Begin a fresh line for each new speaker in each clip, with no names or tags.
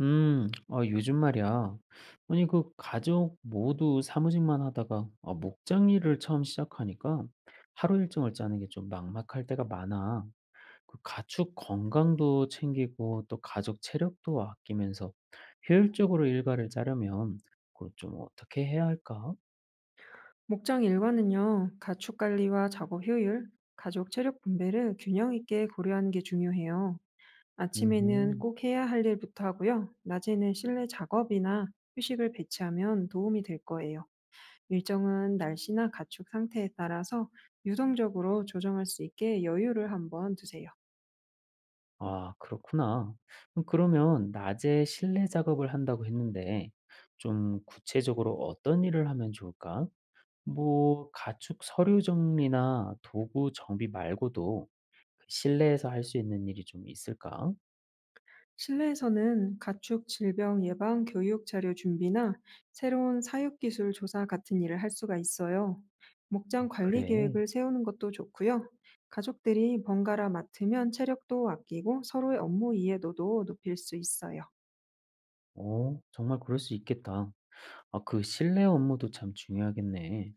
어 요즘 말이야. 아니, 그 가족 모두 사무직만 하다가 어, 목장 일을 처음 시작하니까 하루 일정을 짜는 게 좀 막막할 때가 많아. 그 가축 건강도 챙기고 또 가족 체력도 아끼면서 효율적으로 일과를 짜려면 그걸 좀 어떻게 해야 할까?
목장 일과는요, 가축 관리와 작업 효율, 가족 체력 분배를 균형 있게 고려하는 게 중요해요. 아침에는
음,
꼭 해야 할 일부터 하고요. 낮에는 실내 작업이나 휴식을 배치하면 도움이 될 거예요. 일정은 날씨나 가축 상태에 따라서 유동적으로 조정할 수 있게 여유를 한번 두세요.
아, 그렇구나. 그럼 그러면 낮에 실내 작업을 한다고 했는데 좀 구체적으로 어떤 일을 하면 좋을까? 뭐 가축 서류 정리나 도구 정비 말고도 그 실내에서 할 수 있는 일이 좀 있을까?
실내에서는 가축 질병 예방 교육 자료 준비나 새로운 사육 기술 조사 같은 일을 할 수가 있어요.
어,
목장 관리
그래.
계획을 세우는 것도 좋고요. 가족들이 번갈아 맡으면 체력도 아끼고 서로의 업무 이해도도 높일 수 있어요.
어, 정말 그럴 수 있겠다. 아, 그 실내 업무도 참 중요하겠네.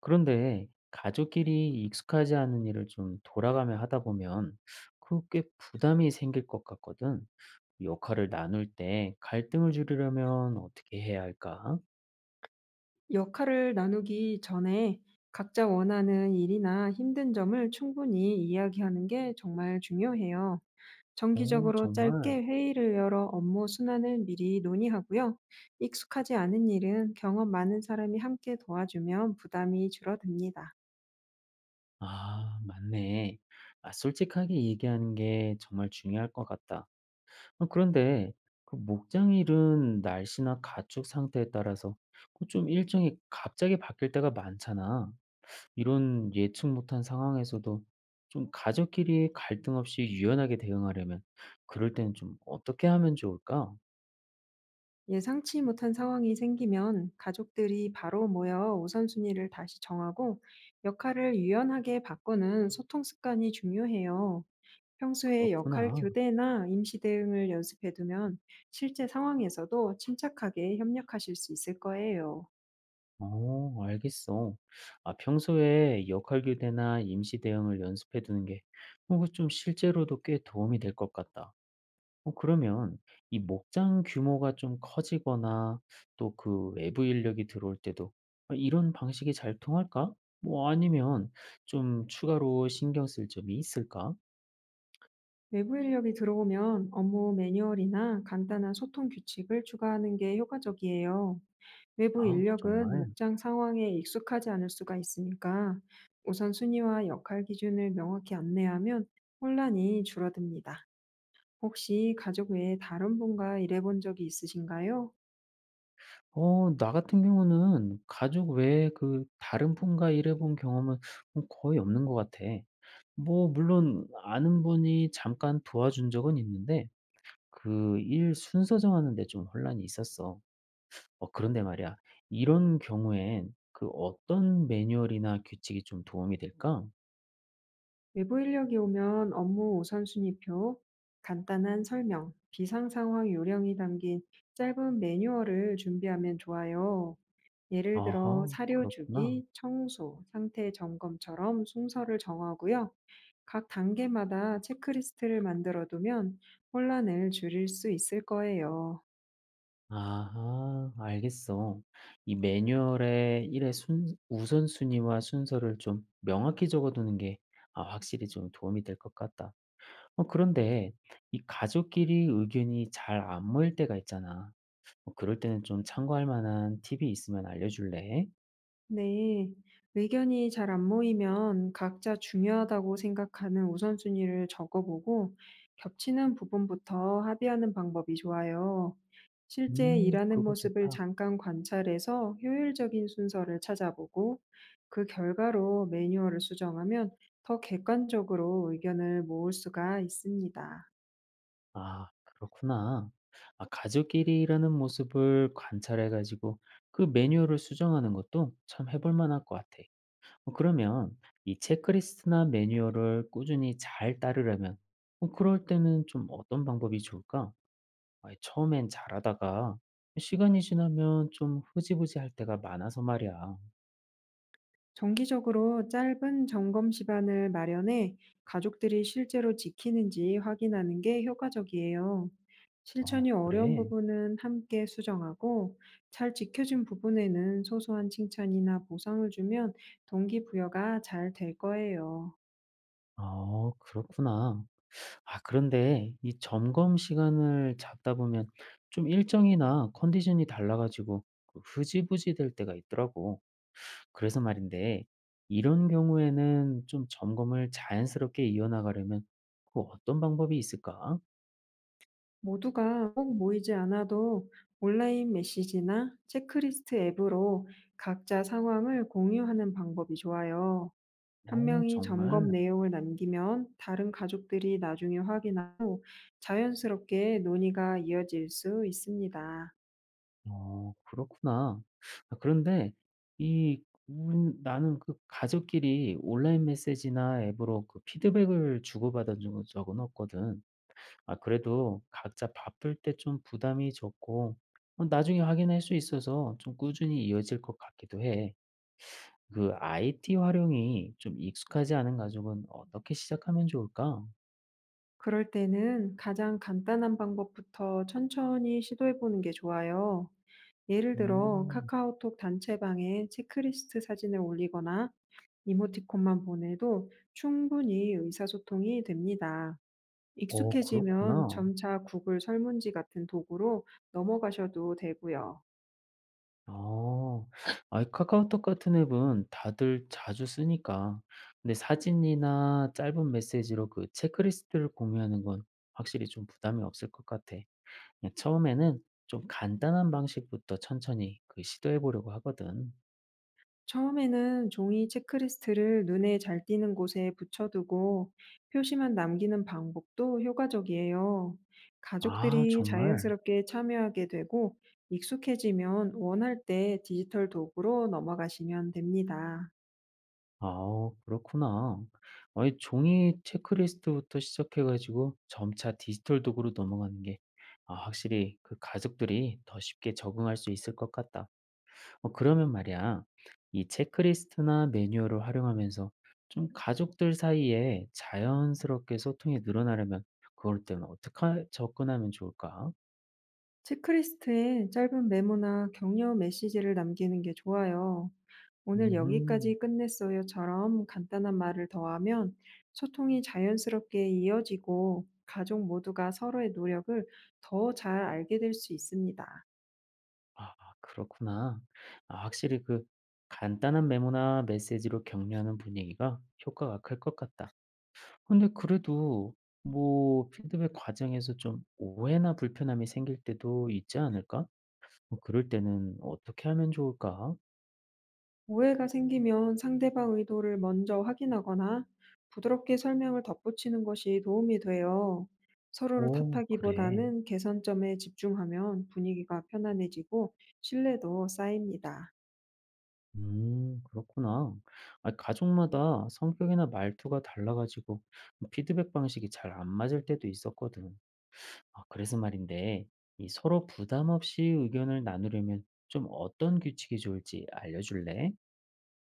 그런데 가족끼리 익숙하지 않은 일을 좀 돌아가며 하다 보면 그게 부담이 생길 것 같거든. 역할을 나눌 때 갈등을 줄이려면 어떻게 해야 할까?
역할을 나누기 전에 각자 원하는 일이나 힘든 점을 충분히 이야기하는 게 정말 중요해요.
오,
정기적으로
정말.
짧게 회의를 열어 업무 순환을 미리 논의하고요. 익숙하지 않은 일은 경험 많은 사람이 함께 도와주면 부담이 줄어듭니다.
아, 맞네. 아, 솔직하게 얘기하는 게 정말 중요할 것 같다. 아, 그런데 그 목장일은 날씨나 가축 상태에 따라서 그좀 일정이 갑자기 바뀔 때가 많잖아. 이런 예측 못한 상황에서도 좀 가족끼리 갈등 없이 유연하게 대응하려면 그럴 때는 좀 어떻게 하면 좋을까?
예상치 못한 상황이 생기면 가족들이 바로 모여 우선순위를 다시 정하고 역할을 유연하게 바꾸는 소통 습관이 중요해요. 평소에 역할
그렇구나.
교대나 임시 대응을 연습해 두면 실제 상황에서도 침착하게 협력하실 수 있을 거예요.
어, 알겠어. 아, 평소에 역할 교대나 임시 대응을 연습해 두는 게, 어, 그좀 실제로도 꽤 도움이 될 것 같다. 어, 그러면 이 목장 규모가 좀 커지거나 또 그 외부 인력이 들어올 때도 어, 이런 방식이 잘 통할까? 뭐 아니면 좀 추가로 신경 쓸 점이 있을까?
외부 인력이 들어오면 업무 매뉴얼이나 간단한 소통 규칙을 추가하는 게 효과적이에요. 외부
아,
인력은
정말.
목장 상황에 익숙하지 않을 수가 있으니까 우선순위와 역할 기준을 명확히 안내하면 혼란이 줄어듭니다. 혹시 가족 외에 다른 분과 일해본 적이 있으신가요?
어, 나 같은 경우는 가족 외에 그 다른 분과 일해본 경험은 거의 없는 것 같아. 뭐 물론 아는 분이 잠깐 도와준 적은 있는데 그 일 순서 정하는 데 좀 혼란이 있었어. 어 그런데 말이야. 이런 경우엔 그 어떤 매뉴얼이나 규칙이 좀 도움이 될까?
외부 인력이 오면 업무 우선순위표, 간단한 설명, 비상 상황 요령이 담긴 짧은 매뉴얼을 준비하면 좋아요. 예를 들어
아하,
사료
그렇구나.
주기, 청소, 상태 점검처럼 순서를 정하고요. 각 단계마다 체크리스트를 만들어 두면 혼란을 줄일 수 있을 거예요.
아하, 알겠어. 이 매뉴얼에 일의 순 우선순위와 순서를 좀 명확히 적어두는 게 아 확실히 좀 도움이 될 것 같다. 어 그런데 이 가족끼리 의견이 잘 안 모일 때가 있잖아. 뭐 그럴 때는 좀 참고할 만한 팁이 있으면 알려줄래?
네. 의견이 잘 안 모이면 각자 중요하다고 생각하는 우선순위를 적어보고 겹치는 부분부터 합의하는 방법이 좋아요. 실제 일하는
그거
모습을
좋다.
잠깐 관찰해서 효율적인 순서를 찾아보고 그 결과로 매뉴얼을 수정하면 더 객관적으로 의견을 모을 수가 있습니다.
아, 그렇구나. 아, 가족끼리 일하는 모습을 관찰해가지고 그 매뉴얼을 수정하는 것도 참 해볼 만할 것 같아. 어, 그러면 이 체크리스트나 매뉴얼을 꾸준히 잘 따르려면 어, 그럴 때는 좀 어떤 방법이 좋을까? 아, 처음엔 잘하다가 시간이 지나면 좀 흐지부지 할 때가 많아서 말이야.
정기적으로 짧은 점검 시간을 마련해 가족들이 실제로 지키는지 확인하는 게 효과적이에요.
어,
실천이 어려운
그래.
부분은 함께 수정하고 잘 지켜진 부분에는 소소한 칭찬이나 보상을 주면 동기부여가 잘 될 거예요.
어, 그렇구나. 아 그런데 이 점검 시간을 잡다 보면 좀 일정이나 컨디션이 달라 가지고 그 흐지부지 될 때가 있더라고. 그래서 말인데 이런 경우에는 좀 점검을 자연스럽게 이어나가려면 그 어떤 방법이 있을까?
모두가 꼭 모이지 않아도 온라인 메시지나 체크리스트 앱으로 각자 상황을 공유하는 방법이 좋아요. 한
오
명이
정말?
점검 내용을 남기면 다른 가족들이 나중에 확인하고 자연스럽게 논의가 이어질 수 있습니다.
어 그렇구나. 아 그런데 이 운 나는 그 가족끼리 온라인 메시지나 앱으로 그 피드백을 주고받은 적은 없거든. 아 그래도 각자 바쁠 때 좀 부담이 적고 어 나중에 확인할 수 있어서 좀 꾸준히 이어질 것 같기도 해. 그 IT 활용이 좀 익숙하지 않은 가족은 어떻게 시작하면 좋을까?
그럴 때는 가장 간단한 방법부터 천천히 시도해 보는 게 좋아요. 예를 들어
음.
카카오톡 단체방에 체크리스트 사진을 올리거나 이모티콘만 보내도 충분히 의사소통이 됩니다.
어
익숙해지면
그렇구나.
점차 구글 설문지 같은 도구로 넘어가셔도 되고요.
아. 아이 카카오톡 같은 앱은 다들 자주 쓰니까 근데 사진이나 짧은 메시지로 그 체크리스트를 공유하는 건 확실히 좀 부담이 없을 것 같아. 그냥 처음에는 좀 간단한 방식부터 천천히 그 시도해 보려고 하거든.
처음에는 종이 체크리스트를 눈에 잘 띄는 곳에 붙여두고 표시만 남기는 방법도 효과적이에요.
아,
가족들이
정말?
자연스럽게 참여하게 되고 익숙해지면 원할 때 디지털 도구로 넘어가시면 됩니다.
아, 그렇구나. 아니, 종이 체크리스트부터 시작해 가지고 점차 디지털 도구로 넘어가는 게 아, 확실히 그 가족들이 더 쉽게 적응할 수 있을 것 같다. 어, 그러면 말이야. 이 체크리스트나 매뉴얼을 활용하면서 좀 가족들 사이에 자연스럽게 소통이 늘어나려면 그럴 때는 어떻게 접근하면 좋을까?
체크리스트에 짧은 메모나 격려 메시지를 남기는 게 좋아요. "오늘
음
여기까지 끝냈어요."처럼 간단한 말을 더하면 소통이 자연스럽게 이어지고 가족 모두가 서로의 노력을 더 잘 알게 될 수 있습니다.
아 그렇구나. 아 확실히 그 간단한 메모나 메시지로 격려하는 분위기가 효과가 클 것 같다. 근데 그래도 뭐 피드백 과정에서 좀 오해나 불편함이 생길 때도 있지 않을까? 뭐 그럴 때는 어떻게 하면 좋을까?
오해가 생기면 상대방 의도를 먼저 확인하거나 부드럽게 설명을 덧붙이는 것이 도움이 돼요. 서로를
오 그래.
탓하기보다는 개선점에 집중하면 분위기가 편안해지고 신뢰도 쌓입니다.
그렇구나. 아 가족마다 성격이나 말투가 달라 가지고 피드백 방식이 잘 안 맞을 때도 있었거든. 아 그래서 말인데 이 서로 부담 없이 의견을 나누려면 좀 어떤 규칙이 좋을지 알려줄래?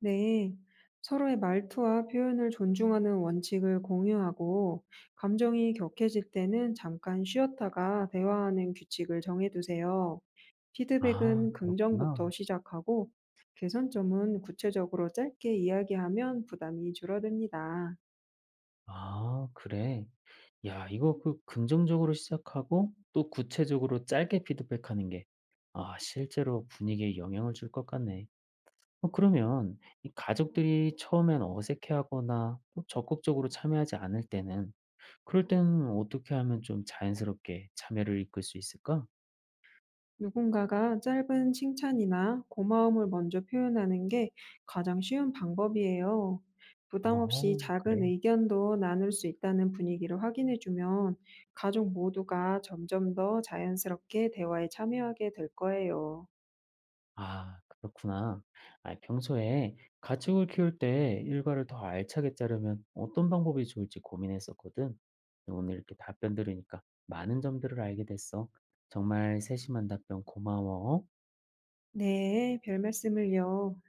네, 서로의 말투와 표현을 존중하는 원칙을 공유하고, 감정이 격해질 때는 잠깐 쉬었다가 대화하는 규칙을 정해두세요.
아,
피드백은
그렇구나.
긍정부터 시작하고, 개선점은 구체적으로 짧게 이야기하면 부담이 줄어듭니다.
아, 그래. 야, 이거 그 긍정적으로 시작하고 또 구체적으로 짧게 피드백하는 게 아, 실제로 분위기에 영향을 줄 것 같네. 어, 그러면 이 가족들이 처음엔 어색해하거나 또 적극적으로 참여하지 않을 때는 그럴 때는 어떻게 하면 좀 자연스럽게 참여를 이끌 수 있을까?
누군가가 짧은 칭찬이나 고마움을 먼저 표현하는 게 가장 쉬운 방법이에요. 부담 없이
어,
작은
그래.
의견도 나눌 수 있다는 분위기를 확인해 주면 가족 모두가 점점 더 자연스럽게 대화에 참여하게 될 거예요.
아, 그렇구나. 아, 평소에 가축을 키울 때 일과를 더 알차게 짜려면 어떤 방법이 좋을지 고민했었거든. 오늘 이렇게 답변 들으니까 많은 점들을 알게 됐어. 정말 세심한 답변 고마워.
네, 별 말씀을요.